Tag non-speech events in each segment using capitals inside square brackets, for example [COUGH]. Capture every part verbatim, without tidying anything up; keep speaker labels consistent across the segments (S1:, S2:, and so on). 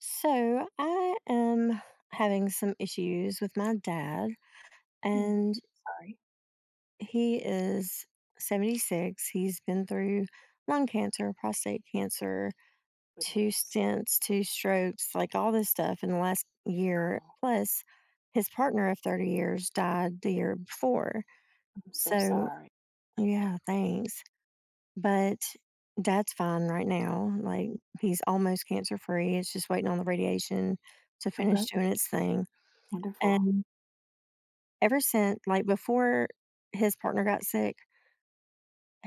S1: So I am having some issues with my dad,
S2: Hmm.
S1: and
S2: Sorry.
S1: he is seventy-six. He's been through lung cancer, prostate cancer, two
S2: Goodness.
S1: stents, two strokes, like, all this stuff in the last year.
S2: Oh,
S1: Plus, his partner of thirty years died the year before.
S2: I'm so
S1: So,
S2: sorry.
S1: yeah, thanks. But dad's fine right now. Like, he's almost cancer free. It's just waiting on the radiation to finish
S2: Okay.
S1: doing its thing.
S2: Wonderful.
S1: Ever since, like, before his partner got sick,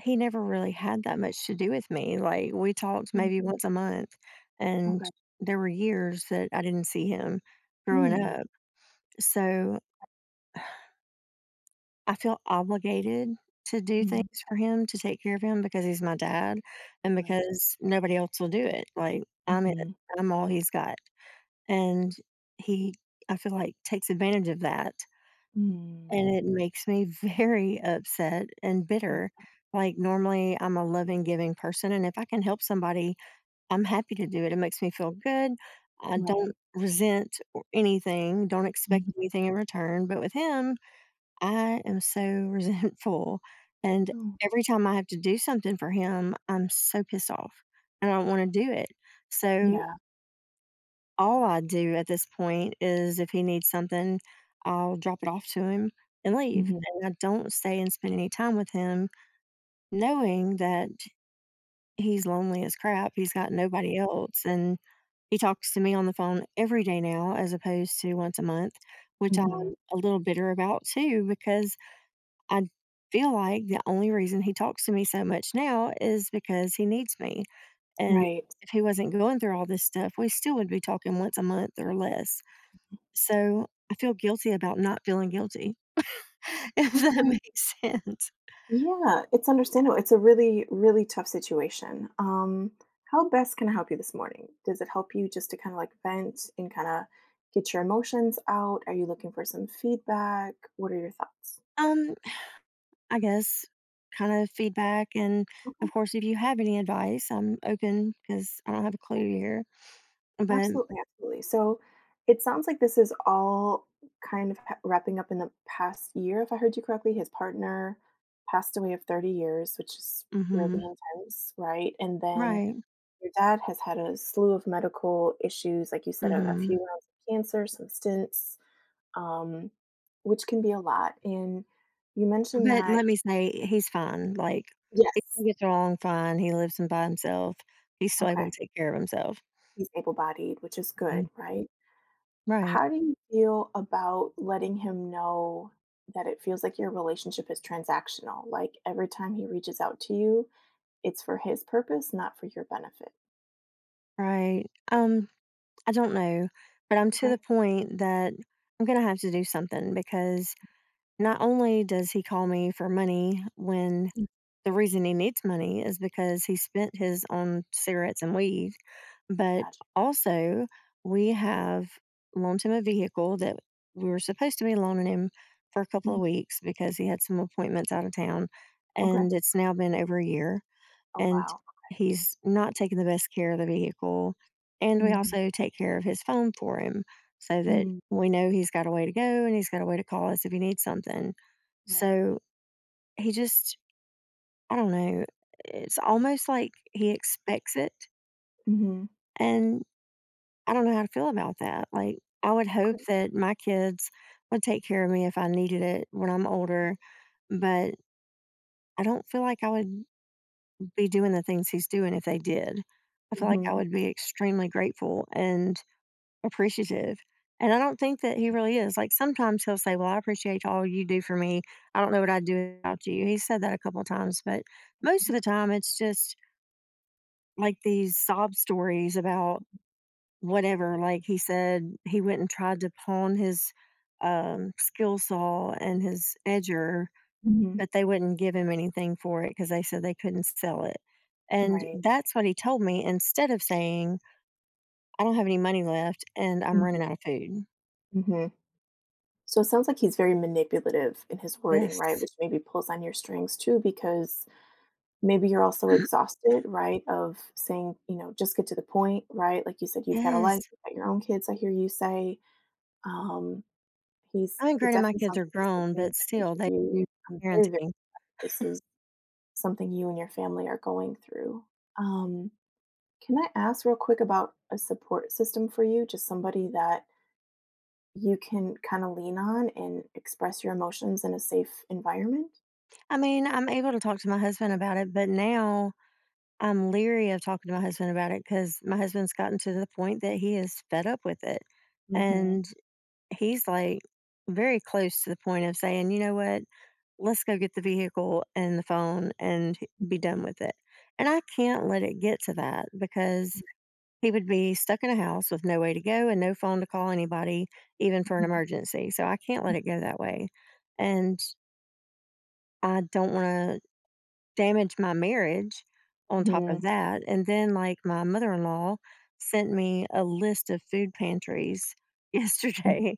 S1: he never really had that much to do with me, like, we talked
S2: Mm.
S1: maybe once a month, and
S2: Okay.
S1: there were years that I didn't see him growing
S2: Mm.
S1: up, so I feel obligated to do
S2: Mm.
S1: things for him, to take care of him because he's my dad and
S2: Right.
S1: because nobody else will do it. Like, I'm it,
S2: Mm-hmm.
S1: I'm all he's got, and he, I feel like, takes advantage of that.
S2: Mm.
S1: And it makes me [LAUGHS] very upset and
S2: Mm.
S1: bitter. Like, normally, I'm a loving, giving person, and if I can help somebody, I'm happy to do it. It makes me feel good. I don't
S2: Right.
S1: resent or [LAUGHS] anything, don't expect
S2: Hmm.
S1: anything in return. But with him, I am so [LAUGHS] resentful. And
S2: Oh,
S1: every time I have to do something for him, I'm so pissed off and I don't want to do it. So
S2: yeah.
S1: all I do at this point is if he needs something, I'll drop it off to him and leave.
S2: Mm-hmm.
S1: And I don't stay and spend any time with him knowing that he's lonely as crap. He's got nobody else. And he talks to me on the phone every day now as opposed to once a month, which I'm
S2: Mm-hmm.
S1: a little bitter about too, because I feel like the only reason he talks to me so much now is because he needs me. And
S2: Right.
S1: if he wasn't going through all this stuff, we still would be talking once a month or less. So, I feel guilty about not feeling guilty, [LAUGHS] if that
S2: Okay.
S1: makes sense.
S2: Yeah. It's understandable. It's a really, really tough situation. Um, how best can I help you this morning? Does it help you just to kind of like vent and kind of get your emotions out? Are you looking for some feedback? What are your thoughts?
S1: Um, I guess kind of feedback and,
S2: Okay.
S1: of course, if you have any advice, I'm open 'cause I am open because I do not have a clue here, but.
S2: Absolutely, absolutely. So it sounds like this is all kind of ha- wrapping up in the past year, if I heard you correctly. His partner passed away of thirty years, which is
S1: Mhm.
S2: really intense, right? And then
S1: Right.
S2: your dad has had a slew of medical issues, like you said, a, a
S1: Mhm.
S2: few rounds of cancer, some stints, um, which can be a lot. And you mentioned
S1: But
S2: that,
S1: let me say, he's fine, like,
S2: yes,
S1: he gets along fine, he lives in by himself, he's still able to
S2: okay,
S1: take care of himself.
S2: he's able bodied, which is
S1: Mhm.
S2: good, right?
S1: Right,
S2: How do you feel about letting him know that it feels like your relationship is transactional? Like every time he reaches out to you, it's for his purpose, not for your benefit.
S1: right. Um, I don't know, but I'm to the
S2: Okay.
S1: point that I'm gonna have to do something because not only does he call me for money when
S2: Mm.
S1: the reason he needs money is because he spent his on cigarettes and weed, but
S2: Gotcha.
S1: also we have loaned him a vehicle that we were supposed to be loaning him for a couple
S2: Mhm.
S1: of weeks because he had some appointments out of town,
S2: Okay.
S1: and it's now been over a year
S2: Oh
S1: and
S2: wow.
S1: he's not taking the best care of the vehicle. And we
S2: Hmm.
S1: also take care of his phone for him so that
S2: Hmm.
S1: we know he's got a way to go and he's got a way to call us if he needs something.
S2: Right.
S1: So he just, I don't know, it's almost like he expects it.
S2: Hmm.
S1: And I don't know how to feel about that. Like, I would hope
S2: Okay.
S1: that my kids would take care of me if I needed it when I'm older, but I don't feel like I would be doing the things he's doing if they did. I feel like I
S2: Hmm.
S1: would be extremely grateful and appreciative. And I don't think that he really is. Like, sometimes he'll say, "Well, I appreciate all you do for me. I don't know what I'd do without you." He said that a couple of times, but most of the time it's just like these sob stories about whatever. Like, he said he went and tried to pawn his um, skill saw and his edger,
S2: Hmm.
S1: but they wouldn't give him anything for it because they said they couldn't sell it, and
S2: Right.
S1: that's what he told me instead of saying, "I don't have any money left and I'm running
S2: Hmm.
S1: out of food."
S2: Hmm. So it sounds like he's very manipulative in his wording, right?
S1: Yes.
S2: Which maybe pulls on your strings too, because maybe you're also
S1: [CLEARS THROAT]
S2: exhausted, right? Of saying, you know, just get to the point, right? Like you said, you've got a life,
S1: Yes.
S2: you've got your own kids, I hear you say. Um, he's,
S1: I mean,
S2: it
S1: granted, my
S2: definitely
S1: kids
S2: sounds
S1: are
S2: like he's
S1: grown,
S2: taking
S1: but
S2: advantage
S1: still,
S2: of
S1: they do
S2: you. I'm very, very,
S1: parenting.
S2: this is something you and your family are going through. Um, can I ask real quick about a support system for you? Just somebody that you can kind of lean on and express your emotions in a safe environment?
S1: I mean, I'm able to talk to my husband about it, but now I'm leery of talking to my husband about it because my husband's gotten to the point that he is fed up with it,
S2: Hmm.
S1: and he's, like, very close to the point of saying, "You know what? Let's go get the vehicle and the phone and be done with it." And I can't let it get to that because he would be stuck in a house with no way to go and no phone to call anybody, even for an
S2: Mhm.
S1: emergency. So I can't let it go that way. And I don't want to damage my marriage on top of
S2: Mhm.
S1: that. And then, like, my mother in law sent me a list of food pantries [LAUGHS]
S2: Mhm.
S1: yesterday.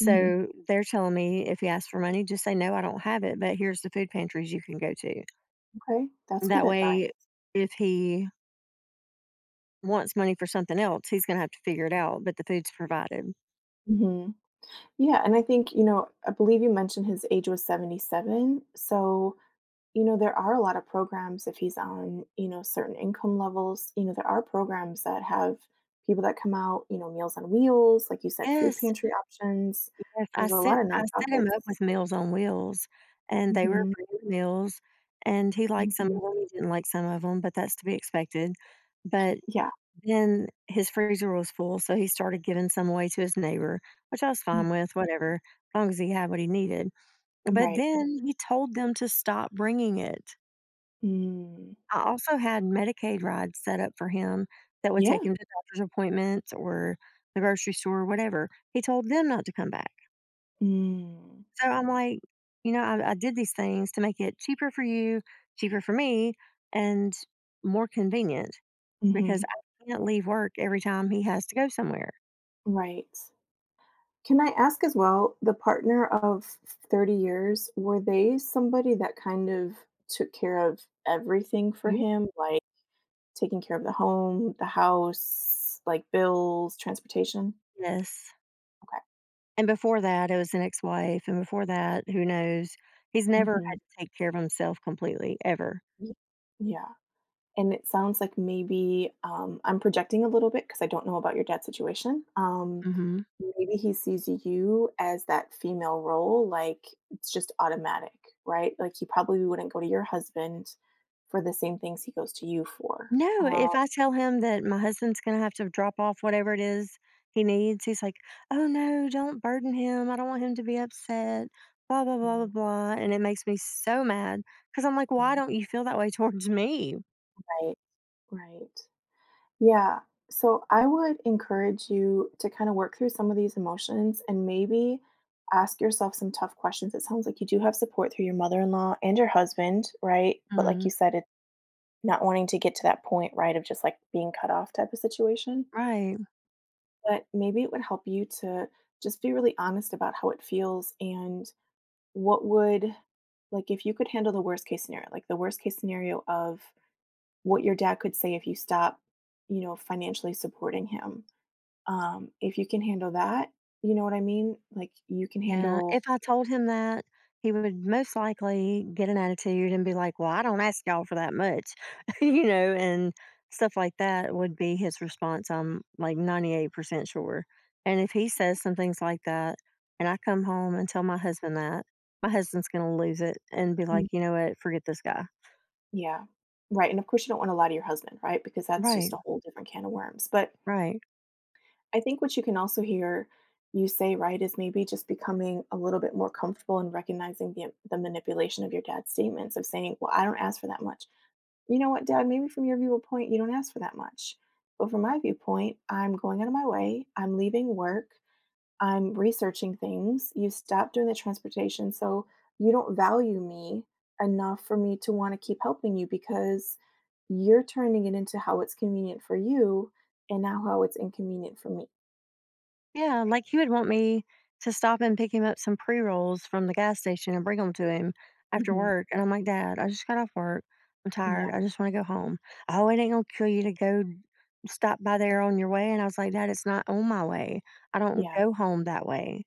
S2: Mhm.
S1: they're telling me if you ask for money, just say, "No, I don't have it, but here's the food pantries you can go to."
S2: Okay, that's good
S1: That way,
S2: advice.
S1: if he wants money for something else, he's gonna have to figure it out, but the food's provided.
S2: Mhm. Yeah, and I think, you know, I believe you mentioned his age was seventy-seven. So, you know, there are a lot of programs if he's on, you know, certain income levels. You know, there are programs that have people that come out, you know, Meals on Wheels, like you said, food
S1: Yes,
S2: pantry options.
S1: yes, I
S2: There's a
S1: set
S2: lot of
S1: I set him up
S2: nonprofits.
S1: with Meals on Wheels, and they were
S2: Mhm.
S1: brand meals, and he liked some of
S2: Mhm.
S1: them. He didn't like some of them, but that's to be expected. But
S2: Yeah.
S1: then his freezer was full, so he started giving some away to his neighbor, which I was fine
S2: Mhm.
S1: with, whatever, as long as he had what he needed. But
S2: Right.
S1: then he told them to stop bringing it.
S2: Mm,
S1: I also had Medicaid rides set up for him that would take
S2: yeah.
S1: him to doctor's appointments or the grocery store or whatever. He told them not to come back.
S2: Mm,
S1: So I'm like, you know, I, I did these things to make it cheaper for you, cheaper for me, and more convenient because
S2: mhm,
S1: I can't leave work every time he has to go somewhere.
S2: right. Can I ask as well, the partner of thirty years, were they somebody that kind of took care of everything for him, like taking care of the home, the house, like bills, transportation?
S1: Yes.
S2: Okay.
S1: And before that, it was an ex wife. And before that, who knows? He's never
S2: Hmm.
S1: had to take care of himself completely, ever.
S2: Yeah. And it sounds like maybe um, I'm projecting a little bit because I don't know about your dad's situation. Um,
S1: Hmm.
S2: maybe he sees you as that female role, like it's just automatic, right? Like he probably wouldn't go to your husband for the same things he goes to you for.
S1: No, if
S2: Um,
S1: I tell him that my husband's gonna have to drop off whatever it is he needs, he's like, "Oh no, don't burden him. I don't want him to be upset." Blah blah blah blah
S2: mm,
S1: blah, and it makes me so mad because I'm like, "Why
S2: mm,
S1: don't you feel that way towards me?"
S2: right, right. Yeah. So I would encourage you to kind of work through some of these emotions and maybe ask yourself some tough questions. It sounds like you do have support through your mother in law and your husband, right? But like
S1: Mm.
S2: you said, it's not wanting to get to that point, right, of just like being cut off type of situation.
S1: Right.
S2: But maybe it would help you to just be really honest about how it feels and what would, like, if you could handle the worst case scenario, like the worst case scenario of what your dad could say if you stop, you know, financially supporting him, um, if you can handle that, you know what I mean? Like you can
S1: Yeah,
S2: handle.
S1: if I told him that, he would most likely get an attitude and be like, "Well, I don't ask y'all for that much," [LAUGHS] you know, and stuff like that would be his response. I'm like ninety-eight percent sure. And if he says some things like that, and I come home and tell my husband that, my husband's going to lose it and be like,
S2: Mm.
S1: "You know what, forget this guy."
S2: Yeah. Right, and of course you don't wanna lie to your husband, right? Because that's
S1: Right,
S2: just a whole different can of worms. But
S1: right.
S2: I think what you can also hear you say, right, is maybe just becoming a little bit more comfortable in recognizing the the manipulation of your dad's statements of saying, "Well, I don't ask for that much." You know what, Dad? Maybe from your viewpoint, you don't ask for that much. But from my viewpoint, I'm going out of my way, I'm leaving work, I'm researching things. You stop doing the transportation, so you don't value me enough for me to want to keep helping you because you're turning it into how it's convenient for you and now how it's inconvenient for me.
S1: Yeah, like he would want me to stop and pick him up some pre rolls from the gas station and bring them to him after
S2: Mhm.
S1: work. And I'm like, "Dad, I just got off work. I'm tired.
S2: Yeah.
S1: I just want to go home." "Oh, it ain't gonna kill you to go stop by there on your way." And I was like, "Dad, it's not on my way. I don't
S2: Yeah.
S1: go home that way.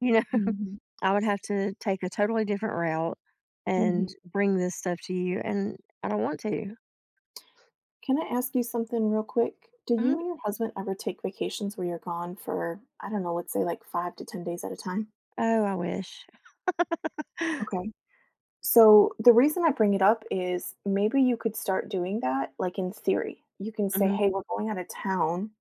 S1: You know," [LAUGHS]
S2: Mhm.
S1: "I would have to take a totally different route and
S2: Mhm.
S1: bring this stuff to you. And I don't want to."
S2: Can I ask you something real quick? Do
S1: Mhm.
S2: you and your husband ever take vacations where you're gone for, I don't know, let's say like five to ten days at a time?
S1: Oh, I wish. [GASPS]
S2: Okay. So the reason I bring it up is maybe you could start doing that, like in theory. You can say,
S1: Hmm.
S2: hey, we're going out of town,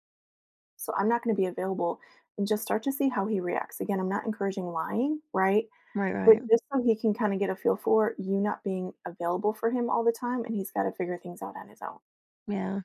S2: so I'm not going to be available, and just start to see how he reacts. Again, I'm not encouraging lying, right?
S1: Right,
S2: But
S1: right.
S2: just so he can kind of get a feel for you not being available for him all the time, and he's got to figure things out on his own.
S1: Yeah.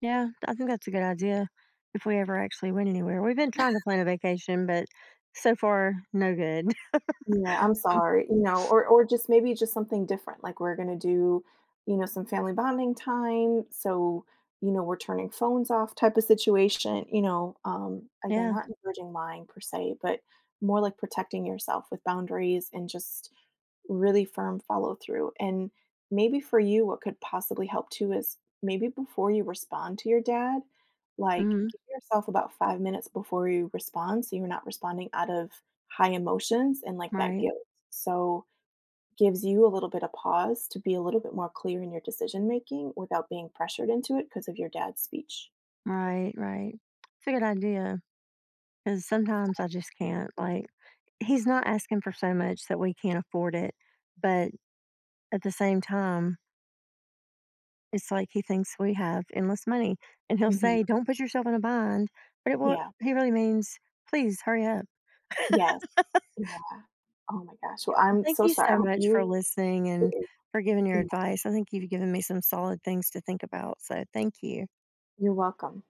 S1: Yeah, I think that's a good idea if we ever actually went anywhere. We've been trying to plan a vacation, but so far, no good. [LAUGHS]
S2: Yeah, I'm sorry, you know, or or just maybe just something different, like, we're gonna do, you know, some family bonding time, so, you know, we're turning phones off type of situation, you know, um, again,
S1: Yeah.
S2: not encouraging lying per se, but more like protecting yourself with boundaries and just really firm follow through, and maybe for you, what could possibly help too is maybe before you respond to your dad, like,
S1: Hmm.
S2: give yourself about five minutes before you respond, so you're not responding out of high emotions and like that
S1: Right.
S2: guilt. So gives you a little bit of pause to be a little bit more clear in your decision making without being pressured into it because of your dad's speech.
S1: Right. Right. It's a good idea because sometimes I just can't. Like, he's not asking for so much that we can't afford it. But at the same time, it's like he thinks we have endless money. And he'll
S2: Mhm.
S1: say, "Don't put yourself in a bind." But it will,
S2: Yeah.
S1: he really means, "Please hurry up."
S2: Yes. Yeah. Oh my gosh. Well,
S1: Well,
S2: I'm
S1: thank
S2: so
S1: you
S2: sorry. I
S1: so
S2: hope
S1: much for
S2: you.
S1: listening and for giving your
S2: Yeah.
S1: advice. I think you've given me some solid things to think about. So thank you.
S2: You're welcome.